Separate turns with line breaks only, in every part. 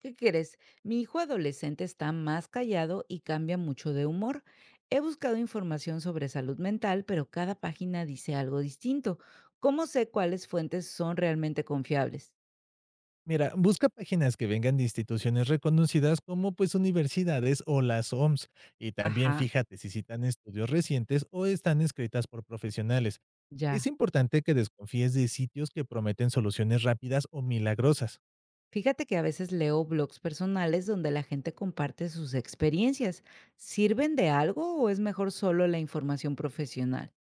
¿Qué quieres? Mi hijo adolescente está más callado y cambia mucho de humor. He buscado información sobre salud mental, pero cada página dice algo distinto. ¿Cómo sé cuáles fuentes son realmente confiables?
Mira, busca páginas que vengan de instituciones reconocidas como pues universidades o las OMS y también
Ajá.
fíjate si citan estudios recientes o están escritas por profesionales.
Ya.
Es importante que desconfíes de sitios que prometen soluciones rápidas o milagrosas.
Fíjate que a veces leo blogs personales donde la gente comparte sus experiencias. ¿Sirven de algo o es mejor solo la información profesional?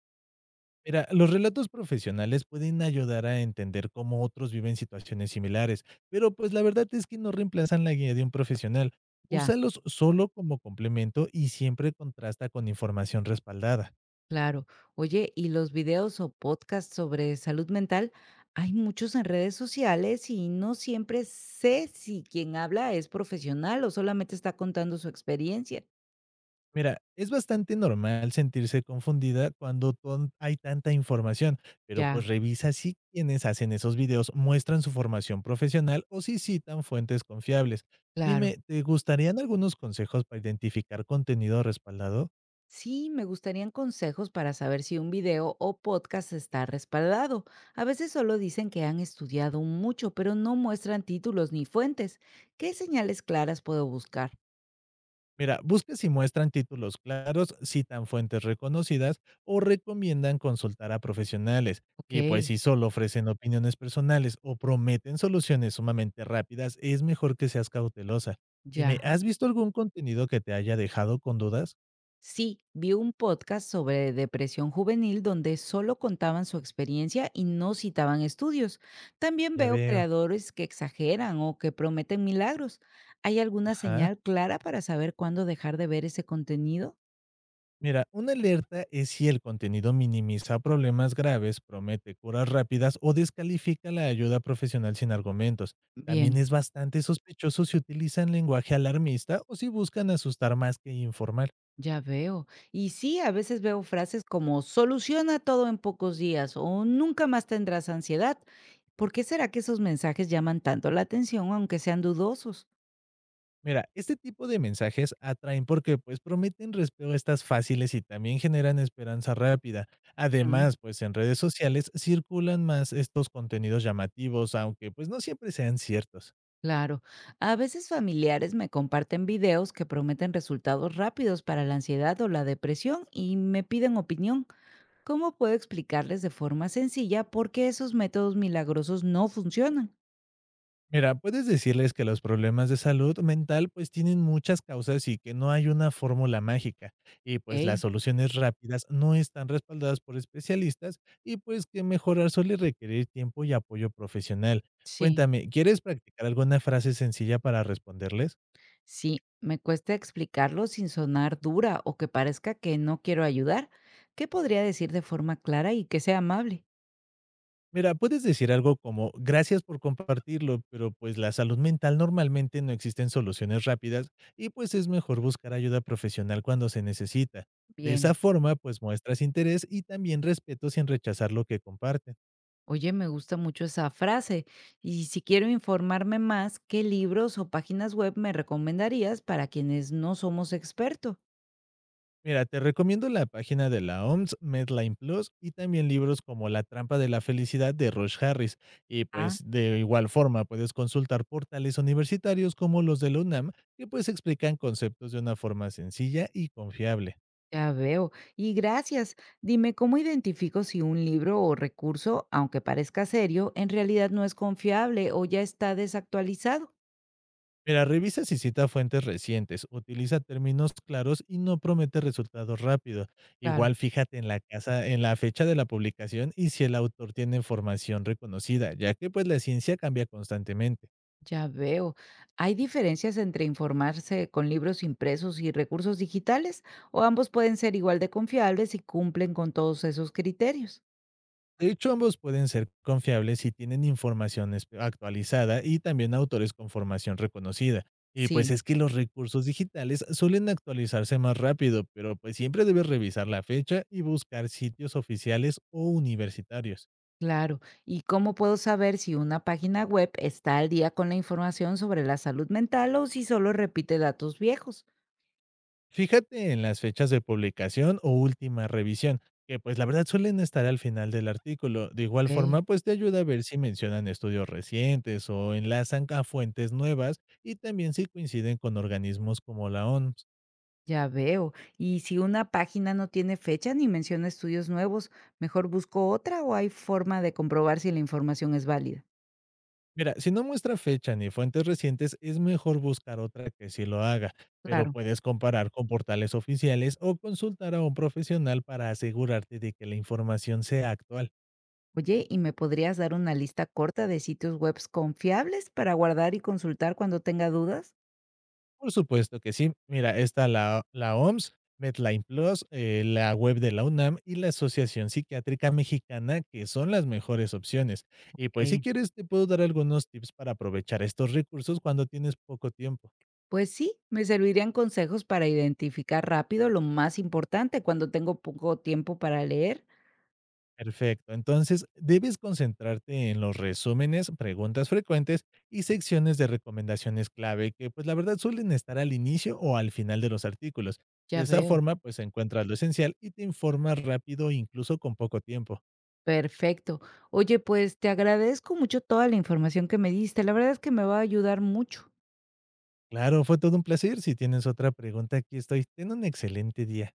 Mira, los relatos profesionales pueden ayudar a entender cómo otros viven situaciones similares, pero pues la verdad es que no reemplazan la guía de un profesional.
Ya.
Úsalos solo como complemento y siempre contrasta con información respaldada.
Claro. Oye, ¿y los videos o podcasts sobre salud mental? Hay muchos en redes sociales y no siempre sé si quien habla es profesional o solamente está contando su experiencia.
Mira, es bastante normal sentirse confundida cuando hay tanta información, pero pues
Ya,
revisa si quienes hacen esos videos muestran su formación profesional o si citan fuentes confiables.
claro.
Dime, ¿te gustarían algunos consejos para identificar contenido respaldado?
Sí, me gustarían consejos para saber si un video o podcast está respaldado. A veces solo dicen que han estudiado mucho, pero no muestran títulos ni fuentes. ¿Qué señales claras puedo buscar?
Mira, busque si muestran títulos claros, citan fuentes reconocidas o recomiendan consultar a profesionales.
Ok,
Y pues si solo ofrecen opiniones personales o prometen soluciones sumamente rápidas, es mejor que seas cautelosa. Dime,
ya.
¿has visto algún contenido que te haya dejado con dudas?
Sí, vi un podcast sobre depresión juvenil donde solo contaban su experiencia y no citaban estudios. También
Ya
veo
veo.
creadores que exageran o que prometen milagros. ¿Hay alguna
Ajá.
señal clara para saber cuándo dejar de ver ese contenido?
Mira, una alerta es si el contenido minimiza problemas graves, promete curas rápidas o descalifica la ayuda profesional sin argumentos. También
Bien,
es bastante sospechoso si utilizan lenguaje alarmista o si buscan asustar más que informar.
ya veo. Y sí, a veces veo frases como soluciona todo en pocos días o nunca más tendrás ansiedad. ¿Por qué será que esos mensajes llaman tanto la atención aunque sean dudosos?
Mira, este tipo de mensajes atraen porque pues prometen respuestas fáciles y también generan esperanza rápida. Además, pues en redes sociales circulan más estos contenidos llamativos, aunque pues no siempre sean ciertos.
Claro, a veces familiares me comparten videos que prometen resultados rápidos para la ansiedad o la depresión y me piden opinión. ¿Cómo puedo explicarles de forma sencilla por qué esos métodos milagrosos no funcionan?
Mira, puedes decirles que los problemas de salud mental pues tienen muchas causas y que no hay una fórmula mágica y pues las
Ok.
soluciones rápidas no están respaldadas por especialistas y pues que mejorar suele requerir tiempo y apoyo profesional.
Sí,
Cuéntame, ¿quieres practicar alguna frase sencilla para responderles?
sí, me cuesta explicarlo sin sonar dura o que parezca que no quiero ayudar. ¿Qué podría decir de forma clara y que sea amable?
Mira, puedes decir algo como gracias por compartirlo, pero pues la salud mental normalmente no existen soluciones rápidas y pues es mejor buscar ayuda profesional cuando se necesita. De esa
Bien.
forma, pues muestras interés y también respeto sin rechazar lo que comparten.
Oye, me gusta mucho esa frase. Y si quiero informarme más, ¿qué libros o páginas web me recomendarías para quienes no somos expertos?
Mira, te recomiendo la página de la OMS, Medline Plus, y también libros como La trampa de la felicidad de Rush Harris. Y
Ah,
pues de igual forma puedes consultar portales universitarios como los de la UNAM, que pues explican conceptos de una forma sencilla y confiable.
ya veo. Y gracias. Dime, ¿cómo identifico si un libro o recurso, aunque parezca serio, en realidad no es confiable o ya está desactualizado?
Mira, revisa si cita fuentes recientes, utiliza términos claros y no promete resultados rápidos.
Claro.
Igual fíjate en la casa, en la fecha de la publicación y si el autor tiene información reconocida, ya que pues la ciencia cambia constantemente.
Ya veo. ¿Hay diferencias entre informarse con libros impresos y recursos digitales? ¿O ambos pueden ser igual de confiables y cumplen con todos esos criterios?
De hecho, ambos pueden ser confiables si tienen información actualizada y también autores con formación reconocida. Y pues
Sí,
es que los recursos digitales suelen actualizarse más rápido, pero pues siempre debes revisar la fecha y buscar sitios oficiales o universitarios.
claro. ¿Y cómo puedo saber si una página web está al día con la información sobre la salud mental o si solo repite datos viejos?
Fíjate en las fechas de publicación o última revisión, que pues la verdad suelen estar al final del artículo. De igual
Ok.
forma, pues te ayuda a ver si mencionan estudios recientes o enlazan a fuentes nuevas y también si coinciden con organismos como la OMS.
Ya veo. Y si una página no tiene fecha ni menciona estudios nuevos, mejor busco otra o hay forma de comprobar si la información es válida.
Mira, si no muestra fecha ni fuentes recientes, es mejor buscar otra que sí lo haga, pero
Claro.
puedes comparar con portales oficiales o consultar a un profesional para asegurarte de que la información sea actual.
Oye, ¿y me podrías dar una lista corta de sitios web confiables para guardar y consultar cuando tenga dudas?
Por supuesto que sí. Mira, está la OMS, Medline Plus, la web de la UNAM y la Asociación Psiquiátrica Mexicana, que son las mejores opciones. Y pues si
Ok.
quieres, te puedo dar algunos tips para aprovechar estos recursos cuando tienes poco tiempo.
Pues sí, me servirían consejos para identificar rápido lo más importante cuando tengo poco tiempo para leer.
Perfecto. Entonces, debes concentrarte en los resúmenes, preguntas frecuentes y secciones de recomendaciones clave, que pues la verdad suelen estar al inicio o al final de los artículos. De
Ya
esa
veo.
forma, pues encuentras lo esencial y te informas rápido, incluso con poco tiempo.
Perfecto. Oye, pues te agradezco mucho toda la información que me diste. La verdad es que me va a ayudar mucho.
Claro, fue todo un placer. Si tienes otra pregunta, aquí estoy. Ten un excelente día.